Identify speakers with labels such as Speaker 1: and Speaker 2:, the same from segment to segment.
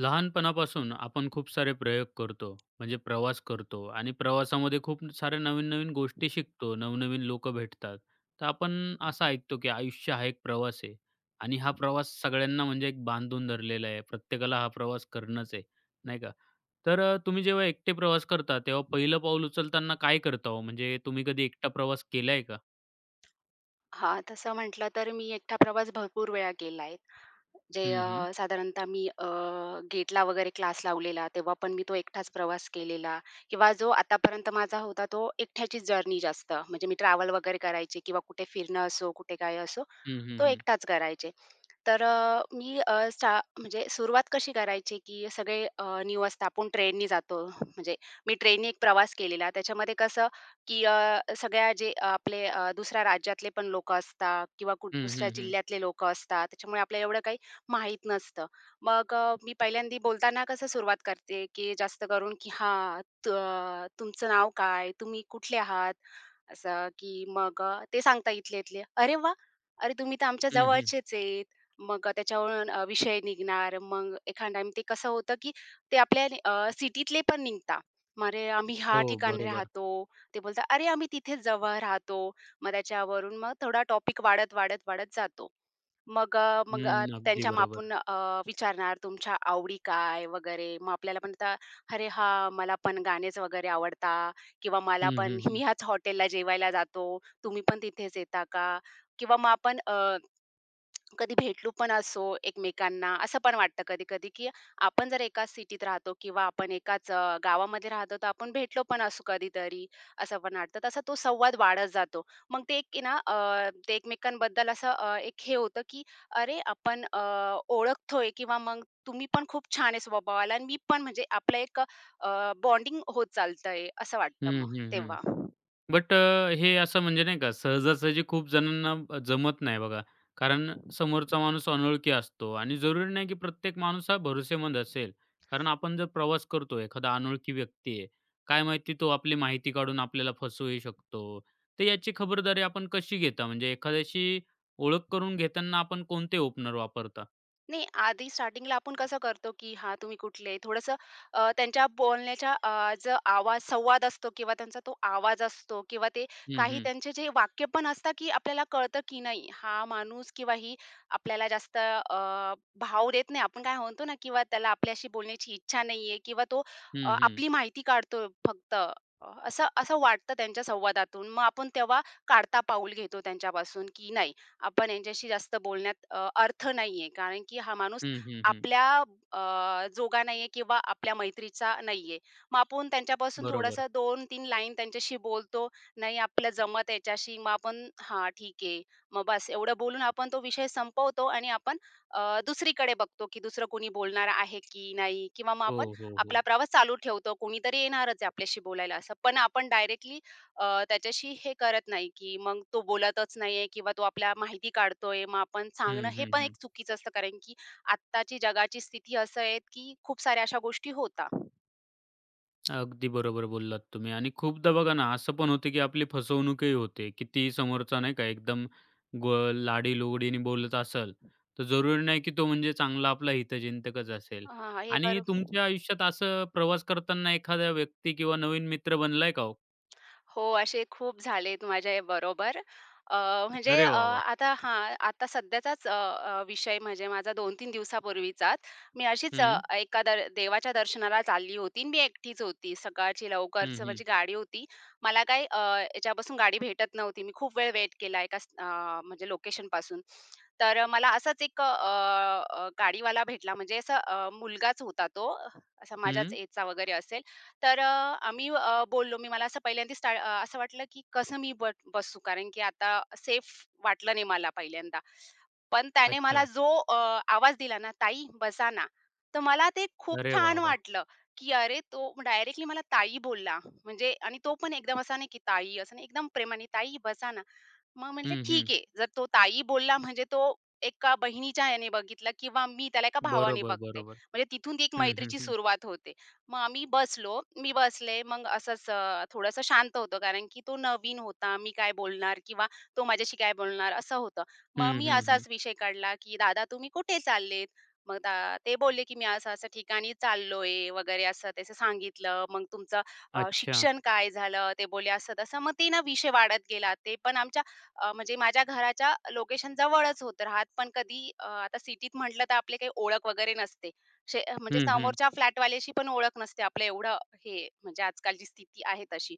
Speaker 1: लहानपणापासून आपण खूप सारे प्रयोग करतो म्हणजे प्रवास करतो आणि प्रवासामध्ये खूप साऱ्या नवीन-नवीन गोष्टी शिकतो, नवनवीन लोकं भेटतात. तर आपण असं ऐकतो की आयुष्य हा एक प्रवास आहे आणि हा प्रवास सगळ्यांना म्हणजे एक बांधून धरलेला आहे. प्रत्येकाला हा प्रवास करणंच आहे, नाही का? तर तुम्ही जेव्हा एकटे प्रवास करता तेव्हा पहिलं पाऊल उचलताना काय करता हो? म्हणजे तुम्ही कधी एकटा प्रवास केलाय का?
Speaker 2: हा, तसं म्हटलं तर मी एकटा प्रवास भरपूर वेळा केला आहे. जे
Speaker 1: हं, हं.
Speaker 2: साधारणतः मी गेटला वगैरे क्लास लावलेला, तेव्हा पण मी तो एकटाच प्रवास केलेला किंवा जो आतापर्यंत माझा होता तो एकट्याचीच जर्नी जास्त. म्हणजे मी ट्रॅव्हल वगैरे करायची किंवा कुठे फिरणं असो, कुठे काय असो,
Speaker 1: हं, हं,
Speaker 2: तो
Speaker 1: हं.
Speaker 2: एकटाच करायचे. तर मी अ, स्टा म्हणजे सुरुवात कशी करायची, की सगळे न्यू असतात. आपण ट्रेननी जातो. म्हणजे मी ट्रेननी एक प्रवास केलेला. त्याच्यामध्ये कसं, की सगळ्या जे आपले दुसऱ्या राज्यातले पण लोकं असतात किंवा कुठ
Speaker 1: हं,
Speaker 2: दुसऱ्या
Speaker 1: हं, हं.
Speaker 2: जिल्ह्यातले लोकं असतात. त्याच्यामुळे आपल्याला एवढं काही माहीत नसतं. मग मी पहिल्यांदा बोलताना कसं सुरुवात करते, की जास्त करून, की "हां, त तुमचं नाव काय? तुम्ही कुठले आहात? असं की मग ते सांगता इथले इथले, "अरे वा, अरे तुम्ही तर आमच्या
Speaker 1: हं,
Speaker 2: जवळचेच आहेत." मग त्याच्यावरून विषय निघणार. मग एखाद टाईम ते कसं होतं की ते आपल्या सिटीतले पण निघता. मग "अरे आम्ही ह्या
Speaker 1: हो,
Speaker 2: ठिकाणी
Speaker 1: बरोबर.
Speaker 2: राहतो." ते बोलतात, "अरे आम्ही तिथेच जवळ राहतो." मग त्याच्यावरून मग थोडा टॉपिक वाढत, वाढत, वाढत जातो. मग
Speaker 1: हं, अगदी
Speaker 2: त्यांच्या
Speaker 1: बरोबर.
Speaker 2: मापून विचारणार, "तुमच्या आवडी काय?" वगैरे. मग आपल्याला पण आता, "अरे हां, मला पण गाणेच वगैरे आवडतात." किंवा मला
Speaker 1: हं,
Speaker 2: पण
Speaker 1: हं, हं.
Speaker 2: मी ह्याच हॉटेलला जेवायला जातो, तुम्ही पण तिथेच येता का? किंवा मग कधी भेटलो पण असो एकमेकांना, असं पण वाटतं कधी-कधी, की आपण जर एकाच सिटीत राहतो किंवा आपण एकाच गावामध्ये राहतो, तर आपण भेटलो पण असू कधीतरी, असं पण वाटतं. तसा तो संवाद वाढत जातो. मग ते एक आहे ना ते एकमेकांबद्दल असं एक हे होतं, की अरे, ओळखतोय किंवा मग तुम्ही पण खूप छान आहे स्वभावाला आणि मी पण, म्हणजे आपलं एक बॉन्डिंग होत चालतंय, असं वाटतं
Speaker 1: हं,
Speaker 2: मग
Speaker 1: हं, हं.
Speaker 2: तेव्हा.
Speaker 1: बट हे असं म्हणजे नाही का, सहजासहजी खूप जणांना जमत नाही बघा. कारण समोरचा माणूस अनोळखी असतो आणि जरुरी नाही की प्रत्येक माणूस हा भरोसेमंद असेल. कारण आपण जर प्रवास करतो, एखादा अनोळखी व्यक्ती आहे, काय माहिती तो आपली माहिती काढून आपल्याला फसवूही शकतो. तर याची खबरदारी आपण कशी घेता? म्हणजे एखाद्याशी ओळख करून घेताना आपण कोणते ओपनर वापरता?
Speaker 2: नाही, आधी स्टार्टिंगला आपण कसं करतो, की हां, तुम्ही कुठले? थोडंसं त्यांच्या बोलण्याच्या जो आवाज संवाद असतो किंवा त्यांचा तो आवाज असतो किंवा ते
Speaker 1: हं,
Speaker 2: काही
Speaker 1: हं.
Speaker 2: त्यांचे जे वाक्य पण असतात, की आपल्याला कळतं, की नाही हा माणूस किंवा ही आपल्याला जास्त भाव देत नाही. आपण काय म्हणतो ना किंवा त्याला आपल्याशी बोलण्याची इच्छा नाहीये किंवा तो
Speaker 1: हं, हं.
Speaker 2: आपली माहिती काढतोय फक्त. असं असं वाटतं त्यांच्या संवादातून. मग आपण तेव्हा काढता पाऊल घेतो त्यांच्यापासून, की नाही आपण यांच्याशी जास्त बोलण्यात अर्थ नाहीये. कारण की हा माणूस
Speaker 1: हं, हं, हं.
Speaker 2: आपल्या जोगा नाहीये किंवा आपल्या मैत्रीचा नाहीये. मग आपण त्यांच्यापासून
Speaker 1: बरोबर.
Speaker 2: थोडंसं 2-3 लाईन त्यांच्याशी बोलतो. नाही आपलं जमत याच्याशी, मग आपण हां, ठीक आहे. मग बस एवढं बोलून आपण तो विषय संपवतो आणि आपण दुसरीकडे बघतो, की दुसरं कोणी बोलणार आहे की नाही किंवा मग आपण
Speaker 1: हो, हो,
Speaker 2: आपला
Speaker 1: हो.
Speaker 2: प्रवास चालू ठेवतो. कोणीतरी येणारच आहे आपल्याशी बोलायला असं. पण आपण डायरेक्टली त्याच्याशी हे करत नाही, की मग तो बोलतच नाहीये किंवा तो आपल्या माहिती काढतोय. मग आपण सांगणं
Speaker 1: हं,
Speaker 2: हे
Speaker 1: हं,
Speaker 2: पण
Speaker 1: हं.
Speaker 2: एक चुकीचं असतं. कारण की आत्ताची जगाची स्थिती असं आहे, की खूप साऱ्या अशा गोष्टी होता
Speaker 1: अगदी बरोबर बोललात तुम्ही आणि खूपदा बघा ना, असं पण होते, की आपली फसवणूकही होते. कितीही समोरचा नाही का एकदम गो लाडी-लुगडीने बोलत असेल, तर जरुरी नाही की तो म्हणजे चांगला आपला हितचिंतकच असेल.
Speaker 2: हां, हे
Speaker 1: आणि
Speaker 2: बरो
Speaker 1: तुमच्या आयुष्यात असं प्रवास करताना एखादा व्यक्ती किंवा नवीन मित्र बनलाय का हो?
Speaker 2: हो, असे खूप झालेत माझ्याबरोबर. अ, म्हणजे
Speaker 1: अरे
Speaker 2: अ,
Speaker 1: वाह, वाह!
Speaker 2: आता हां, आता सध्याचाच अ, अ, विषय म्हणजे माझा 2-3 दिवसापूर्वीचाच. मी अशीच
Speaker 1: हं,
Speaker 2: एका दर देवाच्या दर्शनाला चालली होती आणि मी एकटीच होती. सकाळची
Speaker 1: हं,
Speaker 2: लवकरच
Speaker 1: हं,
Speaker 2: माझी गाडी होती. मला काही याच्यापासून गाडी भेटत नव्हती. मी खूप वेळ वेट केला म्हणजे लोकेशनपासून. तर मला असाच एक अ, अ, गाडीवाला भेटला म्हणजे असा मुलगाच होता तो, असा माझ्याच
Speaker 1: हं.
Speaker 2: एजचा वगैरे असेल. तर आम्ही बोललो. मी मला असं पहिल्यांदा असं वाटलं, की कसं मी बट बसू? कारण की आता सेफ वाटलं नाही मला पहिल्यांदा. पण त्याने मला
Speaker 1: अच्छा.
Speaker 2: जो आवाज दिला ना, "ताई बसा ना." तर मला ते खूप
Speaker 1: अरे वाह,
Speaker 2: छान
Speaker 1: वाह!
Speaker 2: वाटलं, की अरे तो डायरेक्टली मला ताई बोलला. म्हणजे आणि तो पण एकदम असा नाही, की ताई असं नाही, एकदम प्रेमाने, "ताई बसा ना." मग म्हटलं,
Speaker 1: हं, हं.
Speaker 2: "ठीक आहे. जर तो ताई बोलला म्हणजे तो एका बहिणीच्या ह्याने बघितला किंवा मी त्याला एका भावाने
Speaker 1: बरोबर,
Speaker 2: बघते."
Speaker 1: बरोबर.
Speaker 2: म्हणजे तिथून ती एक
Speaker 1: हं, हं,
Speaker 2: मैत्रीची
Speaker 1: हं.
Speaker 2: सुरुवात होते. मग आम्ही बसलो. मी बसले. मग असंच थोडंसं शांत होतो कारण की तो नवीन होता. मी काय बोलणार किंवा तो माझ्याशी काय बोलणार असं होतं. मग
Speaker 1: हं,
Speaker 2: मी
Speaker 1: हं, हं.
Speaker 2: असाच विषय काढला, की "दादा तुम्ही कुठे चाललेत?" मग दा ते बोलले, की "मी असं-असं ठिकाणी चाललोय" वगैरे असं तसं सांगितलं. मग "तुमचं
Speaker 1: अच्छा.
Speaker 2: शिक्षण काय झालं?" ते बोलले, "असं-तसं." मग ते ना विषय वाढत गेला. ते पण आमच्या म्हणजे माझ्या घराच्या लोकेशन जवळच होत राहत, पण कधी आता सिटीत म्हटलं तर आपली काही ओळख वगैरे नसते. शे म्हणजे
Speaker 1: हं, हं.
Speaker 2: समोरच्या फ्लॅटवाल्याशी पण ओळख नसते. आपलं एवढं हे म्हणजे आजकालची स्थिती आहे तशी.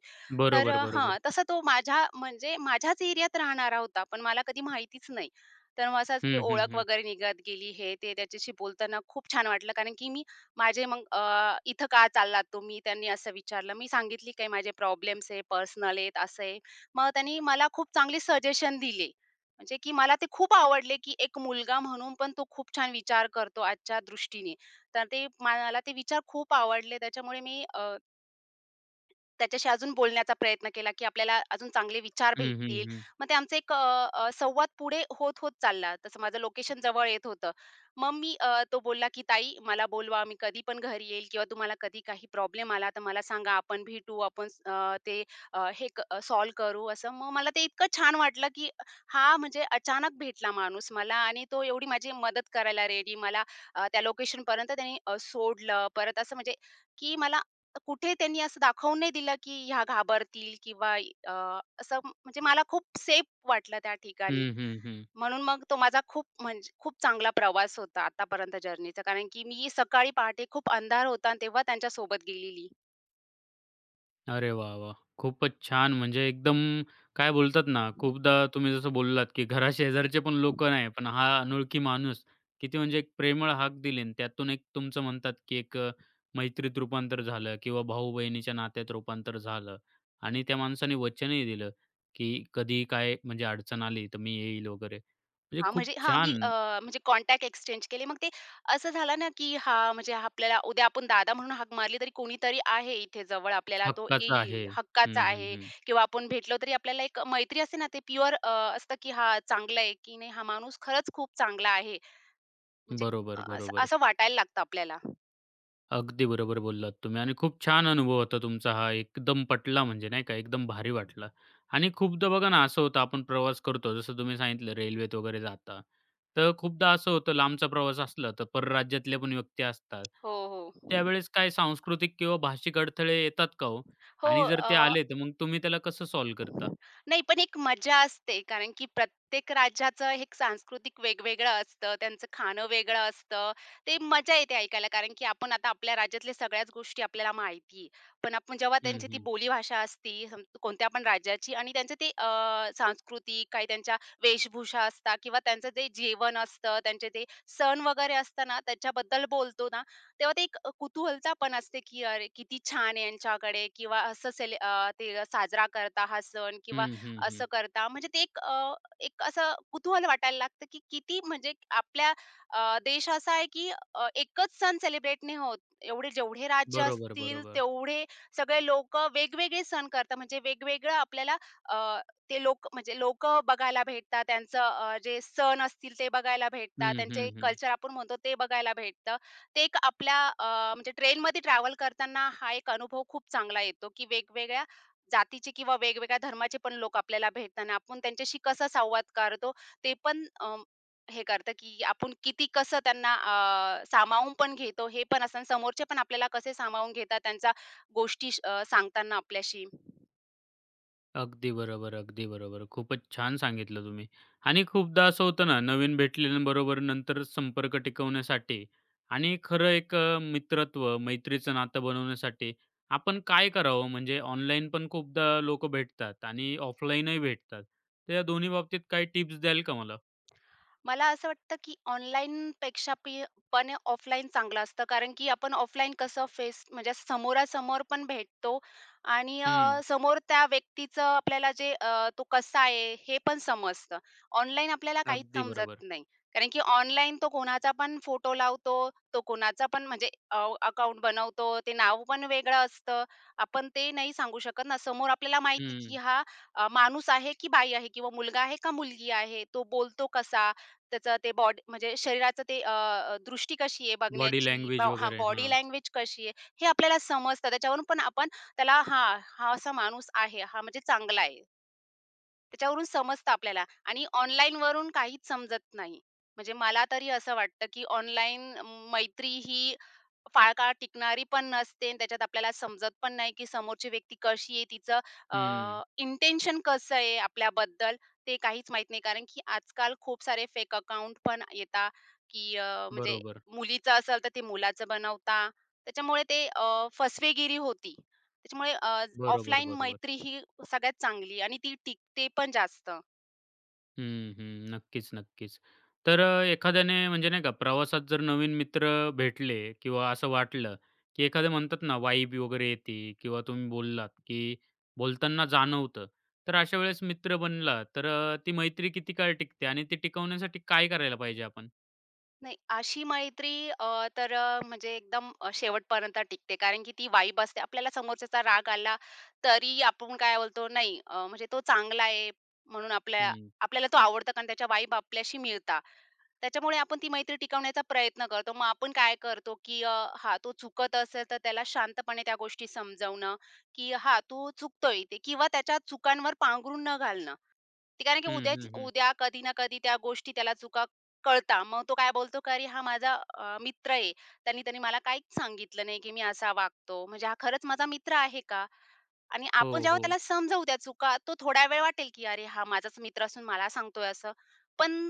Speaker 2: तर
Speaker 1: बरोबर,
Speaker 2: हां,
Speaker 1: बरोबर.
Speaker 2: तसा तो माझ्या म्हणजे माझ्याच एरियात राहणारा होता, पण मला कधी माहितीच नाही. तर मग असंच ती
Speaker 1: हं, हं,
Speaker 2: ओळख
Speaker 1: हं.
Speaker 2: वगैरे निघत गेली हे ते त्याच्याशी बोलताना खूप छान वाटलं, कारण की मी माझे "इथं का चाललात तुम्ही?" त्यांनी असं विचारलं. मी सांगितली काही माझे प्रॉब्लेम्स आहे, पर्सनल आहेत, असं आहे. मग त्यांनी मला खूप चांगले सजेशन दिले. म्हणजे की मला ते खूप आवडले, की एक मुलगा म्हणून पण तो खूप छान विचार करतो आजच्या दृष्टीने. तर ते मला ते विचार खूप आवडले. त्याच्यामुळे मी त्याच्याशी अजून बोलण्याचा प्रयत्न केला, की आपल्याला अजून चांगले विचार
Speaker 1: हं, हं,
Speaker 2: भेटतील.
Speaker 1: हं.
Speaker 2: मग ते आमचं एक अ, अ, संवाद पुढे होत, होत चालला. तसं माझं लोकेशन जवळ येत होतं. मग मी तो बोलला, की "ताई मला बोलवा, मी कधी पण घरी येईल किंवा तुम्हाला कधी काही प्रॉब्लेम आला तर मला सांगा. आपण भेटू, आपण स- अ, ते अ, हे क करू." असं. मग मला ते इतकं छान वाटलं, की हा म्हणजे अचानक भेटला माणूस मला आणि तो एवढी माझी मदत करायला रेडी. मला त्या लोकेशनपर्यंत त्याने सोडलं. परत असं म्हणजे, की मला कुठे त्यांनी असं दाखवून नाही दिलं, की ह्या घाबरतील किंवा अ, असं म्हणजे मला खूप सेफ वाटलं त्या ठिकाणी.
Speaker 1: हं, हं, हं.
Speaker 2: म्हणून मग तो माझा खूप म्हणजे खूप चांगला प्रवास होता आतापर्यंत जर्नीचा. कारण की मी सकाळी पहाटे खूप अंधार होता आणि तेव्हा त्यांच्या सोबत गेलेली.
Speaker 1: अरे वाह, वाह! खूपच छान. म्हणजे एकदम काय बोलतात ना, खूपदा तुम्ही जसं बोललात, की घराशेजारचे पण लोक नाही, पण हा अनोळखी माणूस किती म्हणजे एक प्रेमळ हाक दिली आणि त्यातून एक तुमचं म्हणतात, की एक मैत्रीत रूपांतर झालं किंवा भाऊ-बहिणीच्या नात्यात रूपांतर झालं आणि त्या माणसाने वचनही दिलं, की कधी काय म्हणजे अडचण आली तर मी येईल वगैरे. म्हणजे
Speaker 2: हां,
Speaker 1: खूप
Speaker 2: म्हणजे हां, मी
Speaker 1: छान
Speaker 2: अ, म्हणजे कॉन्टॅक्ट एक्सचेंज केले. मग ते असं झालं ना, की हां, म्हणजे हा आपल्याला उद्या आपण दादा म्हणून हाक मारली तरी कोणीतरी आहे इथे जवळ आपल्याला तो
Speaker 1: हक्काचं
Speaker 2: येईल,
Speaker 1: आहे.
Speaker 2: हक्काचा
Speaker 1: हं, हं,
Speaker 2: आहे
Speaker 1: हं.
Speaker 2: किंवा आपण भेटलो तरी आपल्याला एक मैत्री असते ना, ते प्युअर असतं, की हां, चांगलं आहे, की नाही हा माणूस खरंच खूप चांगला आहे. म्हणजे
Speaker 1: बरोबर,
Speaker 2: असं
Speaker 1: बरोबर.
Speaker 2: असं वाटायला लागतं आपल्याला.
Speaker 1: अगदी बरोबर बोललात तुम्ही आणि खूप छान अनुभव होता तुमचा हा. एकदम पटला म्हणजे नाही का, एकदम भारी वाटला. आणि खूपदा बघा ना, असं होतं आपण प्रवास करतो, जसं तुम्ही सांगितलं रेल्वेत वगैरे जाता. तर खूपदा असं होतं लांबचा प्रवास असला तर परराज्यातले पण व्यक्ती असतात.
Speaker 2: हो, हो.
Speaker 1: त्यावेळेस काय सांस्कृतिक किंवा भाषिक अडथळे येतात का हो?
Speaker 2: हो,
Speaker 1: आणि जर ते
Speaker 2: अ
Speaker 1: आले तर मग तुम्ही त्याला कसं सॉल्व्ह करता?
Speaker 2: नाही, पण एक मजा असते. कारण की प्रत्येक राज्याचं हे एक सांस्कृतिक वेगवेगळं असतं. त्यांचं खाणं वेगळं असतं. ते मजा येते ऐकायला. कारण की आपण आता आपल्या राज्यातल्या सगळ्याच गोष्टी आपल्याला माहिती आहे. पण आपण जेव्हा
Speaker 1: हं,
Speaker 2: त्यांची ती
Speaker 1: हं.
Speaker 2: बोलीभाषा असती, सम कोणत्या पण राज्याची आणि त्यांचं ते सांस्कृतिक काही त्यांच्या वेशभूषा असतात किंवा त्यांचं ते जेवण असतं, त्यांचे ते सण वगैरे असतं त्याच्याबद्दल बोलतो ना, तेव्हा ते एक कुतूहलता पण असते, की "अरे, किती छान आहे यांच्याकडे" किंवा ते साजरा करता हा सण किंवा
Speaker 1: हं, हं, हं.
Speaker 2: असं करता. म्हणजे ते एक एक असं कुतूहल वाटायला लागतं, की किती म्हणजे आपल्या देश असा आहे, की एकच सण सेलिब्रेट नाही होत. एवढे जेवढे राज्य
Speaker 1: बरोबर,
Speaker 2: असतील,
Speaker 1: बरोबर.
Speaker 2: तेवढे सगळे लोकं वेगवेगळे सण करतात. म्हणजे वेगवेगळं अ, ते लोक म्हणजे लोकं बघायला भेटतात. त्यांचं जे सण असतील ते बघायला भेटतात.
Speaker 1: हं, हं,
Speaker 2: त्यांचे
Speaker 1: हं.
Speaker 2: कल्चर आपण म्हणतो ते बघायला भेटतं. ते एक आपल्या अ, म्हणजे ट्रेनमध्ये ट्रॅव्हल करताना हा एक अनुभव खूप चांगला येतो, की वेगवेगळ्या जातीचे किंवा वेगवेगळ्या धर्माचे पण लोक आपल्याला भेटताना आपण त्यांच्याशी कसा संवाद करतो ते पण अ, हे करतं, की आपण किती कसं त्यांना सामावून पण घेतो हे पण असतं आणि समोरचे पण आपल्याला कसे सामावून घेतात त्यांचा गोष्टी सांगताना आपल्याशी.
Speaker 1: अगदी बरोबर, अगदी बरोबर. खूपच छान सांगितलं तुम्ही. आणि खूपदा असं होतं ना, नवीन भेटलेल्यांबरोबर नंतर संपर्क टिकवण्यासाठी आणि खरं एक मित्रत्व, मैत्रीचं नातं बनवण्यासाठी आपण काय करावं? म्हणजे ऑनलाईन पण खूपदा लोकं भेटतात आणि ऑफलाईनही भेटतात. तर या दोन्ही बाबतीत काही टिप्स द्याल का मला?
Speaker 2: मला असं वाटतं, की ऑनलाईन पेक्षा पी पण ऑफलाईन चांगलं असतं. कारण की आपण ऑफलाईन कसं फेस म्हणजे असं समोरासमोर पण भेटतो आणि
Speaker 1: हं,
Speaker 2: समोर त्या व्यक्तीचं आपल्याला जे तो कसा आहे हे पण समजतं. ऑनलाईन आपल्याला काहीच
Speaker 1: अगदी
Speaker 2: समजत
Speaker 1: बरोबर.
Speaker 2: नाही. कारण की ऑनलाईन तो कोणाचा पण फोटो लावतो, तो कोणाचा पण म्हणजे अकाउंट बनवतो. ते नाव पण वेगळं असतं. आपण ते नाही सांगू शकत ना. समोर आपल्याला माहिती, की
Speaker 1: हं,
Speaker 2: हा माणूस आहे, की बाई आहे किंवा मुलगा आहे का मुलगी आहे? तो बोलतो कसा? त्याचं ते बॉडी म्हणजे शरीराचं ते अ, अ, दृष्टी कशी आहे
Speaker 1: बॉडी
Speaker 2: बघण्याची,
Speaker 1: लँग्वेज वगैरे.
Speaker 2: बॉडी
Speaker 1: हां.
Speaker 2: लँग्वेज कशी आहे, हे आपल्याला समजतं. त्याच्यावरून पण आपण त्याला हां, हा असा माणूस आहे, हा म्हणजे चांगला आहे. त्याच्यावरून समजतं आपल्याला आणि ऑनलाईनवरून काहीच समजत नाही. म्हणजे मला तरी असं वाटतं, की ऑनलाईन मैत्री ही फार काळ टिकणारी पण नसते आणि त्याच्यात आपल्याला समजत पण नाही, की समोरची व्यक्ती कशी आहे, तिचं
Speaker 1: हं.
Speaker 2: अ, इंटेन्शन कसं आहे आपल्याबद्दल, ते काहीच माहीत नाही. कारण की आजकाल खूप सारे फेक अकाउंट पण येतात, की म्हणजे
Speaker 1: बरोबर,
Speaker 2: मुलीचं असेल तर ते मुलाचं बनवता. त्याच्यामुळे ते फसवेगिरी होती. त्याच्यामुळे
Speaker 1: बरोबर,
Speaker 2: ऑफलाईन
Speaker 1: बरोबर.
Speaker 2: मैत्री ही सगळ्यात चांगली आणि ती टिकते पण जास्त.
Speaker 1: हं, हं. नक्कीच, नक्कीच. तर एखाद्याने म्हणजे नाही का प्रवासात जर नवीन मित्र भेटले किंवा असं वाटलं, की एखादं म्हणतात ना वाइब वगैरे येते किंवा तुम्ही बोललात, की बोलताना जाणवतं. तर अशा वेळेस मित्र बनला तर ती मैत्री किती काळ टिकते आणि ती टिकवण्यासाठी काय करायला पाहिजे आपण?
Speaker 2: नाही, अशी मैत्री म्हणजे एकदम शेवटपर्यंत टिकते. कारण की ती वाइब असते. आपल्याला समोरच्याचा राग आला तरी आपण काय बोलतो, नाही म्हणजे तो चांगला आहे म्हणून
Speaker 1: हं.
Speaker 2: आपल्याला तो आवडतो कारण त्याच्या वाइब आपल्याशी मिळता. त्याच्यामुळे आपण ती मैत्री टिकवण्याचा प्रयत्न करतो. मग आपण काय करतो, की हां, तो चुकत असेल तर त्याला शांतपणे त्या गोष्टी समजावणं, की हां, तो चुकतोय ते किंवा त्याच्या चुकांवर पांघरून न घालणं. ते कारण की
Speaker 1: हं,
Speaker 2: उद्याच
Speaker 1: हं, हं.
Speaker 2: उद्या कधी ना कधी त्या गोष्टी त्याला चुका कळतात. मग तो काय बोलतो, "का अरे हा माझा मित्र आहे. त्याने त्याने मला काहीच सांगितलं नाही की मी असा वागतो. म्हणजे हा खरंच माझा मित्र आहे का?" आणि
Speaker 1: हो,
Speaker 2: आपण जेव्हा
Speaker 1: हो.
Speaker 2: त्याला समजावू त्या चुका, तो थोडा वेळ वाटेल, की "अरे, हा माझाच मित्र असून मला सांगतोय असं." पण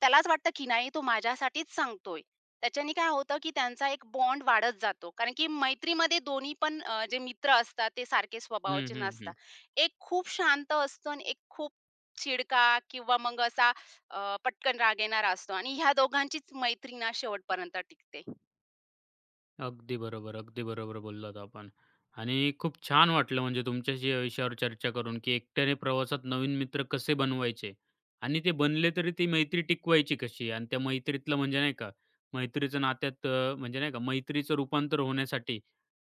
Speaker 2: त्यालाच वाटतं, की नाही तो माझ्यासाठीच सांगतोय. त्याच्याने काय होतं, की त्यांचा एक बॉन्ड वाढत जातो. कारण की मैत्रीमध्ये दोन्ही पण जे मित्र असतात ते सारखे
Speaker 1: हं,
Speaker 2: स्वभावाचे
Speaker 1: हं, हं.
Speaker 2: नसतात. एक खूप शांत असतो आणि एक खूप चिडका किंवा मग असा पटकन राग येणारा असतो आणि ह्या दोघांचीच मैत्री ना शेवटपर्यंत टिकते.
Speaker 1: अगदी बरोबर, अगदी बरोबर बोललात आपण. आणि खूप छान वाटलं म्हणजे तुमच्याशी या विषयावर चर्चा करून, की एकट्याने प्रवासात नवीन मित्र कसे बनवायचे आणि ते बनले तरी ती मैत्री टिकवायची कशी आणि त्या मैत्रीतलं म्हणजे नाही का, मैत्रीचं नात्यात म्हणजे नाही का मैत्रीचं रूपांतर होण्यासाठी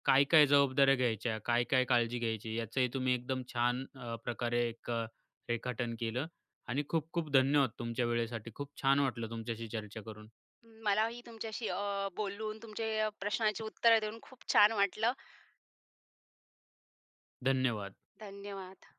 Speaker 1: काय-काय जबाबदाऱ्या घ्यायच्या, काय-काय काळजी घ्यायची याचंही तुम्ही एकदम छान प्रकारे एक रेखाटन केलं आणि खूप-खूप धन्यवाद तुमच्या वेळेसाठी. खूप छान वाटलं तुमच्याशी चर्चा करून.
Speaker 2: मलाही तुमच्याशी बोलून तुमचे प्रश्नांची उत्तरं देऊन खूप छान वाटलं.
Speaker 1: धन्यवाद.
Speaker 2: धन्यवाद.